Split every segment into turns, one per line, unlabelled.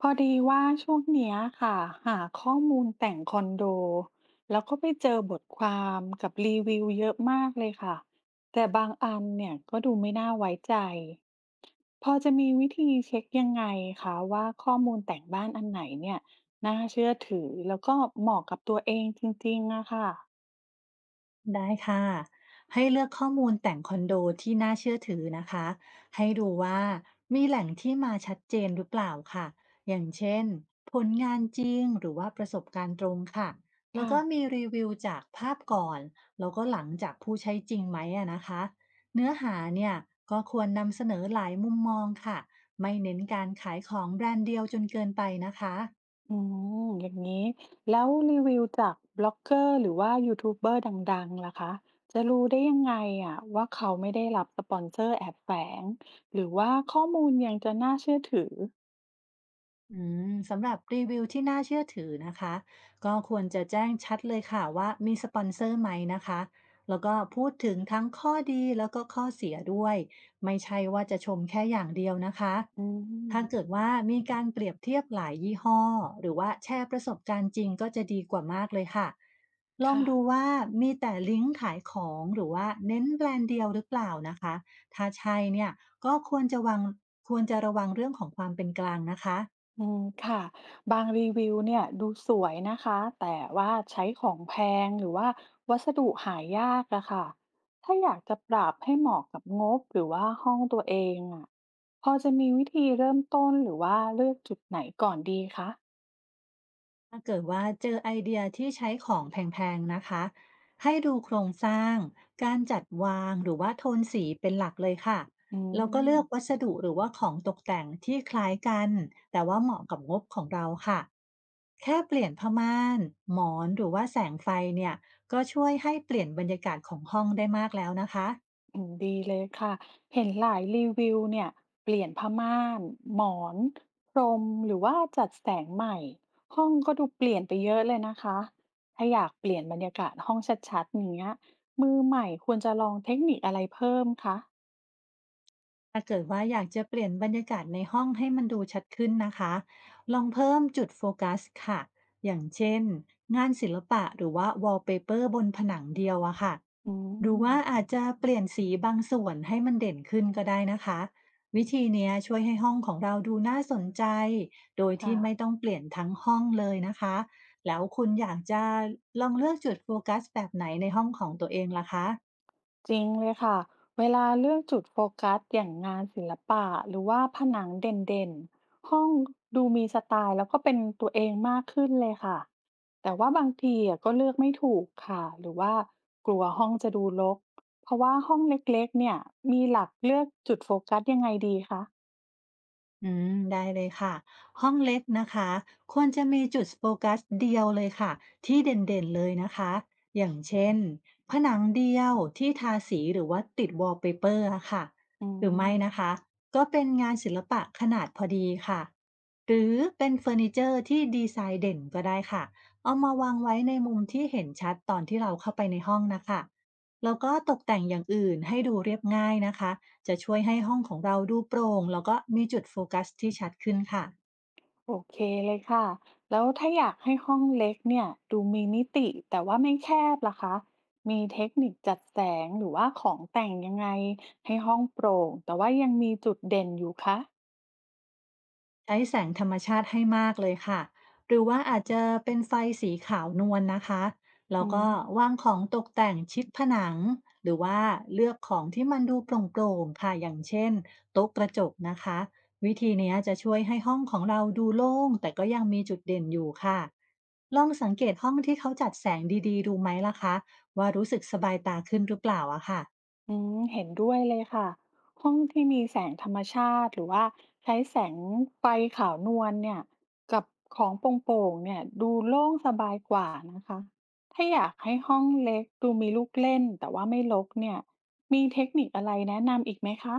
พอดีว่าช่วงเนี้ยค่ะหาข้อมูลแต่งคอนโดแล้วก็ไปเจอบทความกับรีวิวเยอะมากเลยค่ะแต่บางอันเนี่ยก็ดูไม่น่าไว้ใจพอจะมีวิธีเช็คยังไงคะว่าข้อมูลแต่งบ้านอันไหนเนี่ยน่าเชื่อถือแล้วก็เหมาะกับตัวเองจริงๆอะค่ะ
ได้ค่ะให้เลือกข้อมูลแต่งคอนโดที่น่าเชื่อถือนะคะให้ดูว่ามีแหล่งที่มาชัดเจนหรือเปล่าค่ะอย่างเช่นผลงานจริงหรือว่าประสบการณ์ตรงค่ะแล้ว
ค่ะ
ก็มีรีวิวจากภาพก่อนแล้วก็หลังจากผู้ใช้จริงไหมอะนะคะเนื้อหาเนี่ยก็ควรนำเสนอหลายมุมมองค่ะไม่เน้นการขายของแบรนด์เดียวจนเกินไปนะคะ
อืมอย่างนี้แล้วรีวิวจากบล็อกเกอร์หรือว่ายูทูบเบอร์ดังๆล่ะคะจะรู้ได้ยังไงอะว่าเขาไม่ได้รับสปอนเซอร์แอบแฝงหรือว่าข้อมูลยังจะน่าเชื่อถือ
อืมสำหรับรีวิวที่น่าเชื่อถือนะคะก็ควรจะแจ้งชัดเลยค่ะว่ามีสปอนเซอร์ไหมนะคะแล้วก็พูดถึงทั้งข้อดีแล้วก็ข้อเสียด้วยไม่ใช่ว่าจะชมแค่อย่างเดียวนะคะ
อืม
ถ้าเกิดว่ามีการเปรียบเทียบหลายยี่ห้อหรือว่าแชร์ประสบการณ์จริงก็จะดีกว่ามากเลยค่ะลอง
ค่ะ
ดูว่ามีแต่ลิงก์ขายของหรือว่าเน้นแบรนด์เดียวหรือเปล่านะคะถ้าใช่เนี่ยก็ควรจะวางควรจะระวังเรื่องของความเป็นกลางนะคะ
อืมค่ะบางรีวิวเนี่ยดูสวยนะคะแต่ว่าใช้ของแพงหรือว่าวัสดุหายากอะค่ะถ้าอยากจะปรับให้เหมาะกับงบหรือว่าห้องตัวเองอะพอจะมีวิธีเริ่มต้นหรือว่าเลือกจุดไหนก่อนดีคะ
ถ้าเกิดว่าเจอไอเดียที่ใช้ของแพงๆนะคะให้ดูโครงสร้างการจัดวางหรือว่าโทนสีเป็นหลักเลยค่ะ
อื
แล้วก็เลือก
ม
วัสดุหรือว่าของตกแต่งที่คล้ายกันแต่ว่าเหมาะกับงบของเราค่ะแค่เปลี่ยนผ้าม่านหมอนหรือว่าแสงไฟเนี่ยก็ช่วยให้เปลี่ยนบรรยากาศของห้องได้มากแล้วนะคะ
อืมดีเลยค่ะเห็นหลายรีวิวเนี่ยเปลี่ยนผ้าม่านหมอนพรมหรือว่าจัดแสงใหม่ห้องก็ดูเปลี่ยนไปเยอะเลยนะคะถ้าอยากเปลี่ยนบรรยากาศห้องชัดๆอย่างเงี้ยมือใหม่ควรจะลองเทคนิคอะไรเพิ่มคะ
ถ้าเกิดว่าอยากจะเปลี่ยนบรรยากาศในห้องให้มันดูชัดขึ้นนะคะ ลองเพิ่มจุดโฟกัสค่ะอย่างเช่นงานศิลปะหรือว่าวอลเปเปอร์บนผนังเดียวอะค่ะ
อื
หรือว่า
ม
อาจจะเปลี่ยนสีบางส่วนให้มันเด่นขึ้นก็ได้นะคะ วิธีเนี้ยช่วยให้ห้องของเราดูน่าสนใจโดยที่
ค่ะ
ไม่ต้องเปลี่ยนทั้งห้องเลยนะคะแล้วคุณอยากจะลองเลือกจุดโฟกัสแบบไหนในห้องของตัวเองล่ะคะ
จริงเลยค่ะเวลาเลือกจุดโฟกัสอย่างงานศิลปะหรือว่าผนังเด่นๆห้องดูมีสไตล์แล้วก็เป็นตัวเองมากขึ้นเลยค่ะแต่ว่าบางทีอะก็เลือกไม่ถูกค่ะหรือว่ากลัวห้องจะดูรกเพราะว่าห้องเล็กๆเนี่ยมีหลักเลือกจุดโฟกัสยังไงดีคะ
อืมได้เลยค่ะห้องเล็กนะคะควรจะมีจุดโฟกัสเดียวเลยค่ะที่เด่นๆเลยนะคะอย่างเช่นผนังเดียวที่ทาสีหรือว่าติดวอลเปเปอร์ค่ะ
อื
หรือ
ม
ไม่นะคะก็เป็นงานศิลปะขนาดพอดีค่ะหรือเป็นเฟอร์นิเจอร์ที่ดีไซน์เด่นก็ได้ค่ะเอามาวางไว้ในมุมที่เห็นชัดตอนที่เราเข้าไปในห้องนะคะแล้วก็ตกแต่งอย่างอื่นให้ดูเรียบง่ายนะคะ จะช่วยให้ห้องของเราดูโปร่งแล้วก็มีจุดโฟกัสที่ชัดขึ้นค่ะ
โอเคเลยค่ะ แล้วถ้าอยากให้ห้องเล็กเนี่ยดูมีมิติแต่ว่าไม่แคบล่ะคะ มีเทคนิคจัดแสงหรือว่าของแต่งยังไงให้ห้องโปร่งแต่ว่ายังมีจุดเด่นอยู่คะ
ใช้แสงธรรมชาติให้มากเลยค่ะ หรือว่าอาจจะเป็นไฟสีขาวนวลนะคะ แล้ว
อื
ก็
ม
วางของตกแต่งชิดผนัง หรือว่าเลือกของที่มันดูโปร่งๆค่ะอย่างเช่นโต๊ะกระจกนะคะ วิธีเนี้ยจะช่วยให้ห้องของเราดูโล่งแต่ก็ยังมีจุดเด่นอยู่ค่ะ ลองสังเกตห้องที่เขาจัดแสงดีๆดูไหมล่ะคะว่ารู้สึกสบายตาขึ้นหรือเปล่าอะค่ะ
อืมเห็นด้วยเลยค่ะห้องที่มีแสงธรรมชาติหรือว่าใช้แสงไฟขาวนวลเนี่ยกับของโปร่งๆเนี่ยดูโล่งสบายกว่านะคะถ้าอยากให้ห้องเล็กดูมีลูกเล่นแต่ว่าไม่รกเนี่ยมีเทคนิคอะไรแนะนำอีกไหมคะ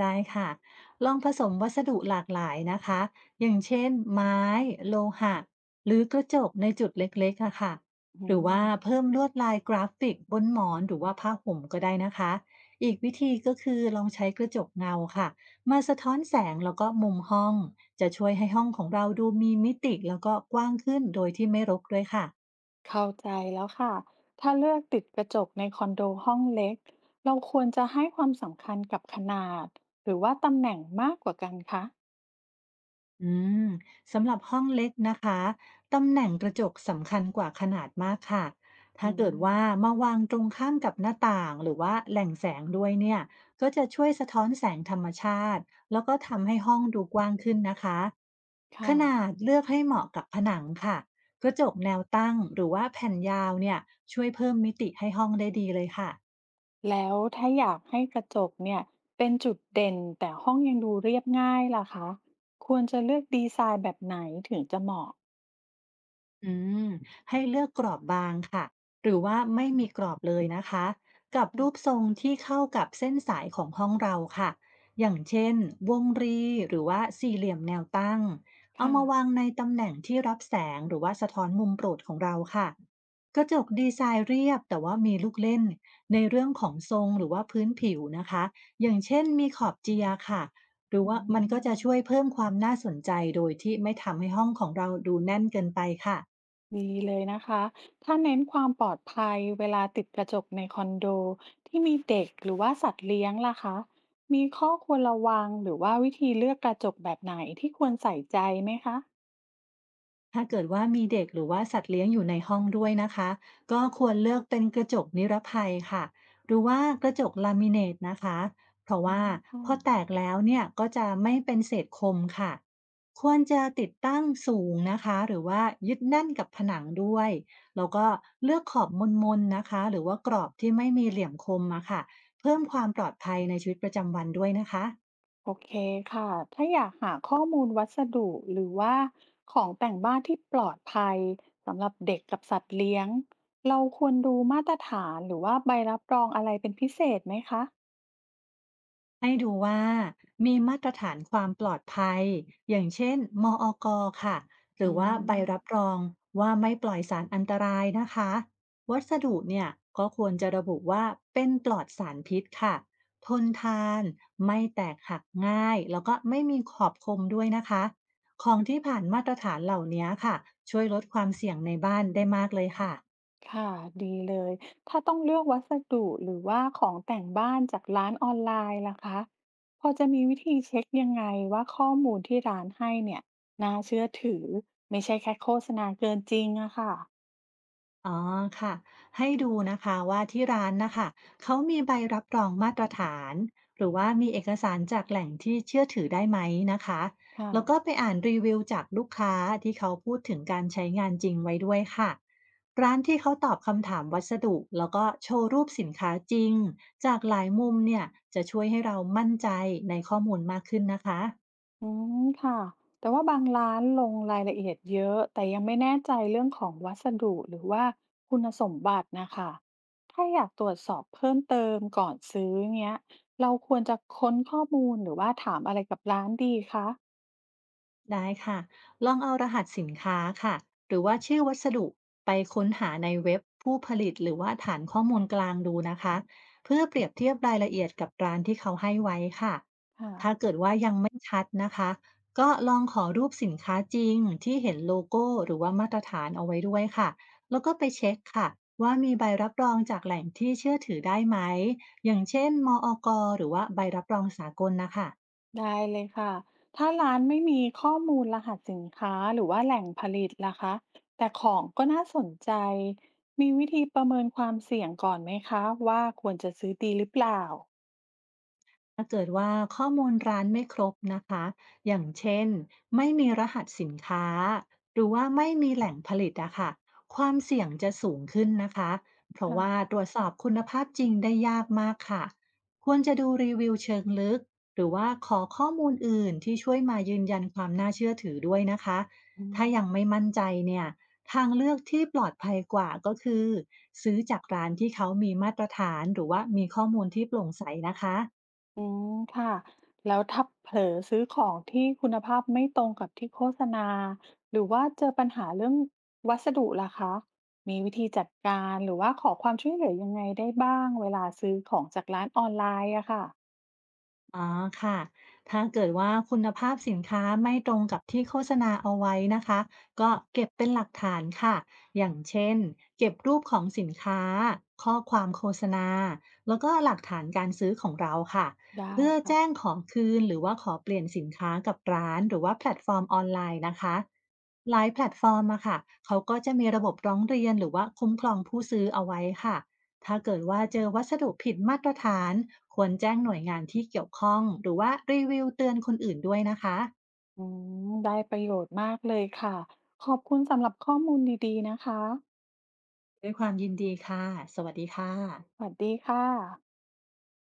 ได้ค่ะลองผสมวัสดุหลากหลายนะคะอย่างเช่นไม้โลหะหรือกระจกในจุดเล็กๆอะค่ะห
อื
รือว่า
ม
เพิ่มลวดลายกราฟิกบนหมอนหรือว่าผ้าห่มก็ได้นะคะอีกวิธีก็คือลองใช้กระจกเงาค่ะมาสะท้อนแสงแล้วก็มุมห้องจะช่วยให้ห้องของเราดูมีมิติแล้วก็กว้างขึ้นโดยที่ไม่รกด้วยค่ะ
เข้าใจแล้วค่ะถ้าเลือกติดกระจกในคอนโดห้องเล็กเราควรจะให้ความสำคัญกับขนาดหรือว่าตำแหน่งมากกว่ากันคะ
อืมสำหรับห้องเล็กนะคะตำแหน่งกระจกสำคัญกว่าขนาดมากค่ะ
อื
ถ้าเกิด
ม
ว่ามาวางตรงข้ามกับหน้าต่างหรือว่าแหล่งแสงด้วยเนี่ยก็จะช่วยสะท้อนแสงธรรมชาติแล้วก็ทำให้ห้องดูกว้างขึ้นนะคะข
ค่ะ
นาดเลือกให้เหมาะกับผนังค่ะกระจกแนวตั้งหรือว่าแผ่นยาวเนี่ยช่วยเพิ่มมิติให้ห้องได้ดีเลยค่ะ
แล้วถ้าอยากให้กระจกเนี่ยเป็นจุดเด่นแต่ห้องยังดูเรียบง่ายล่ะคะควรจะเลือกดีไซน์แบบไหนถึงจะเหมาะ
อืมให้เลือกกรอบบางค่ะหรือว่าไม่มีกรอบเลยนะคะกับ
อื
รู
ม
ปทรงที่เข้ากับเส้นสายของห้องเราค่ะอย่างเช่นวงรีหรือว่าสี่เหลี่ยมแนวตั้งเอา
ค่ะ
มาวางในตำแหน่งที่รับแสงหรือว่าสะท้อนมุมโปรดของเราค่ะกระจกดีไซน์เรียบแต่ว่ามีลูกเล่นในเรื่องของทรงหรือว่าพื้นผิวนะคะอย่างเช่นมีขอบเจียร์ค่ะหรือ
อื
ว่ามันก็จะ
ม
ช่วยเพิ่มความน่าสนใจโดยที่ไม่ทำให้ห้องของเราดูแน่นเกินไปค่ะ
ดีเลยนะคะถ้าเน้นความปลอดภัยเวลาติดกระจกในคอนโดที่มีเด็กหรือว่าสัตว์เลี้ยงล่ะคะมีข้อควรระวังหรือว่าวิธีเลือกกระจกแบบไหนที่ควรใส่ใจไหมคะ
ถ้าเกิดว่ามีเด็กหรือว่าสัตว์เลี้ยงอยู่ในห้องด้วยนะคะก็ควรเลือกเป็นกระจกนิรภัยค่ะหรือว่ากระจกลามิเนตนะคะเพราะ
อื
ว่า
มค่ะ
พอแตกแล้วเนี่ยก็จะไม่เป็นเศษคมค่ะควรจะติดตั้งสูงนะคะหรือว่ายึดแน่นกับผนังด้วยแล้วก็เลือกขอบมนๆนะคะหรือว่ากรอบที่ไม่มีเหลี่ยมคมอะค่ะเพิ่มความปลอดภัยในชีวิตประจำวันด้วยนะคะ
โอเคค่ะถ้าอยากหาข้อมูลวัสดุหรือว่าของแต่งบ้านที่ปลอดภัยสำหรับเด็กกับสัตว์เลี้ยงเราควรดูมาตรฐานหรือว่าใบรับรองอะไรเป็นพิเศษไหมคะ
ให้ดูว่ามีมาตรฐานความปลอดภัยอย่างเช่นมออกค่ะหรื
อื
อว่าใบรับร
ม
องว่าไม่ปล่อยสารอันตรายนะคะวัสดุเนี่ยก็ควรจะระบุว่าเป็นปลอดสารพิษค่ะทนทานไม่แตกหักง่ายแล้วก็ไม่มีขอบคมด้วยนะคะของที่ผ่านมาตรฐานเหล่านี้ค่ะช่วยลดความเสี่ยงในบ้านได้มากเลยค่ะ
ค่ะดีเลยถ้าต้องเลือกวัสดุหรือว่าของแต่งบ้านจากร้านออนไลน์ล่ะคะพอจะมีวิธีเช็คยังไงว่าข้อมูลที่ร้านให้เนี่ยน่าเชื่อถือไม่ใช่แค่โฆษณาเกินจริงอะค่ะ
อ๋อค่ะให้ดูนะคะว่าที่ร้านนะคะเขามีใบรับรองมาตรฐานหรือว่ามีเอกสารจากแหล่งที่เชื่อถือได้ไหมนะคะ
ค่ะ
แล้วก็ไปอ่านรีวิวจากลูกค้าที่เขาพูดถึงการใช้งานจริงไว้ด้วยค่ะร้านที่เขาตอบคำถามวัสดุแล้วก็โชว์รูปสินค้าจริงจากหลายมุมเนี่ยจะช่วยให้เรามั่นใจในข้อมูลมากขึ้นนะคะ
อืมค่ะแต่ว่าบางร้านลงรายละเอียดเยอะแต่ยังไม่แน่ใจเรื่องของวัสดุหรือว่าคุณสมบัตินะคะถ้าอยากตรวจสอบเพิ่มเติมก่อนซื้อเงี้ยเราควรจะค้นข้อมูลหรือว่าถามอะไรกับร้านดีคะ
ได้ค่ะ ลองเอารหัสสินค้าค่ะหรือว่าชื่อวัสดุไปค้นหาในเว็บผู้ผลิตหรือว่าฐานข้อมูลกลางดูนะคะ เพื่อเปรียบเทียบรายละเอียดกับร้านที่เขาให้ไว้ค่ะ
ค่ะ
ถ้าเกิดว่ายังไม่ชัดนะคะ ก็ลองขอรูปสินค้าจริงที่เห็นโลโก้หรือว่ามาตรฐานเอาไว้ด้วยค่ะ แล้วก็ไปเช็คค่ะว่ามีใบรับรองจากแหล่งที่เชื่อถือได้ไหมอย่างเช่นมอกหรือว่าใบรับรองสากลนะคะ
ได้เลยค่ะถ้าร้านไม่มีข้อมูลรหัสสินค้าหรือว่าแหล่งผลิตล่ะคะแต่ของก็น่าสนใจมีวิธีประเมินความเสี่ยงก่อนไหมคะว่าควรจะซื้อดีหรือเปล่า
ถ้าเกิดว่าข้อมูลร้านไม่ครบนะคะ อย่างเช่นไม่มีรหัสสินค้าหรือว่าไม่มีแหล่งผลิตอะค่ะความเสี่ยงจะสูงขึ้นนะคะ เพราะ
ค่ะ
ว่าตรวจสอบคุณภาพจริงได้ยากมากค่ะ ควรจะดูรีวิวเชิงลึกหรือว่าขอข้อมูลอื่นที่ช่วยมายืนยันความน่าเชื่อถือด้วยนะคะ
อืม
ถ้ายังไม่มั่นใจเนี่ยทางเลือกที่ปลอดภัยกว่าก็คือซื้อจากร้านที่เขามีมาตรฐานหรือว่ามีข้อมูลที่โปร่งใสนะคะ
อืมค่ะแล้วถ้าเผลอซื้อของที่คุณภาพไม่ตรงกับที่โฆษณาหรือว่าเจอปัญหาเรื่องวัสดุล่ะคะมีวิธีจัดการหรือว่าขอความช่วยเหลือยังไงได้บ้างเวลาซื้อของจากร้านออนไลน์อะค่ะ
อ๋อค่ะ ถ้าเกิดว่าคุณภาพสินค้าไม่ตรงกับที่โฆษณาเอาไว้นะคะ ก็เก็บเป็นหลักฐานค่ะ อย่างเช่นเก็บรูปของสินค้า ข้อความโฆษณาแล้วก็หลักฐานการซื้อของเราค่ะ
ได้
เพื่อ
ค่ะ
แจ้งขอคืนหรือว่าขอเปลี่ยนสินค้ากับร้านหรือว่าแพลตฟอร์มออนไลน์นะคะหลายแพลตฟอร์มอะค่ะ เขาก็จะมีระบบร้องเรียนหรือว่าคุ้มครองผู้ซื้อเอาไว้ค่ะ ถ้าเกิดว่าเจอวัสดุผิดมาตรฐานควรแจ้งหน่วยงานที่เกี่ยวข้องหรือว่ารีวิวเตือนคนอื่นด้วยนะคะ
อืมได้ประโยชน์มากเลยค่ะขอบคุณสำหรับข้อมูลดีๆนะคะ
ด้วยความยินดีค่ะสวัสดีค่ะ
สวัสดีค่ะ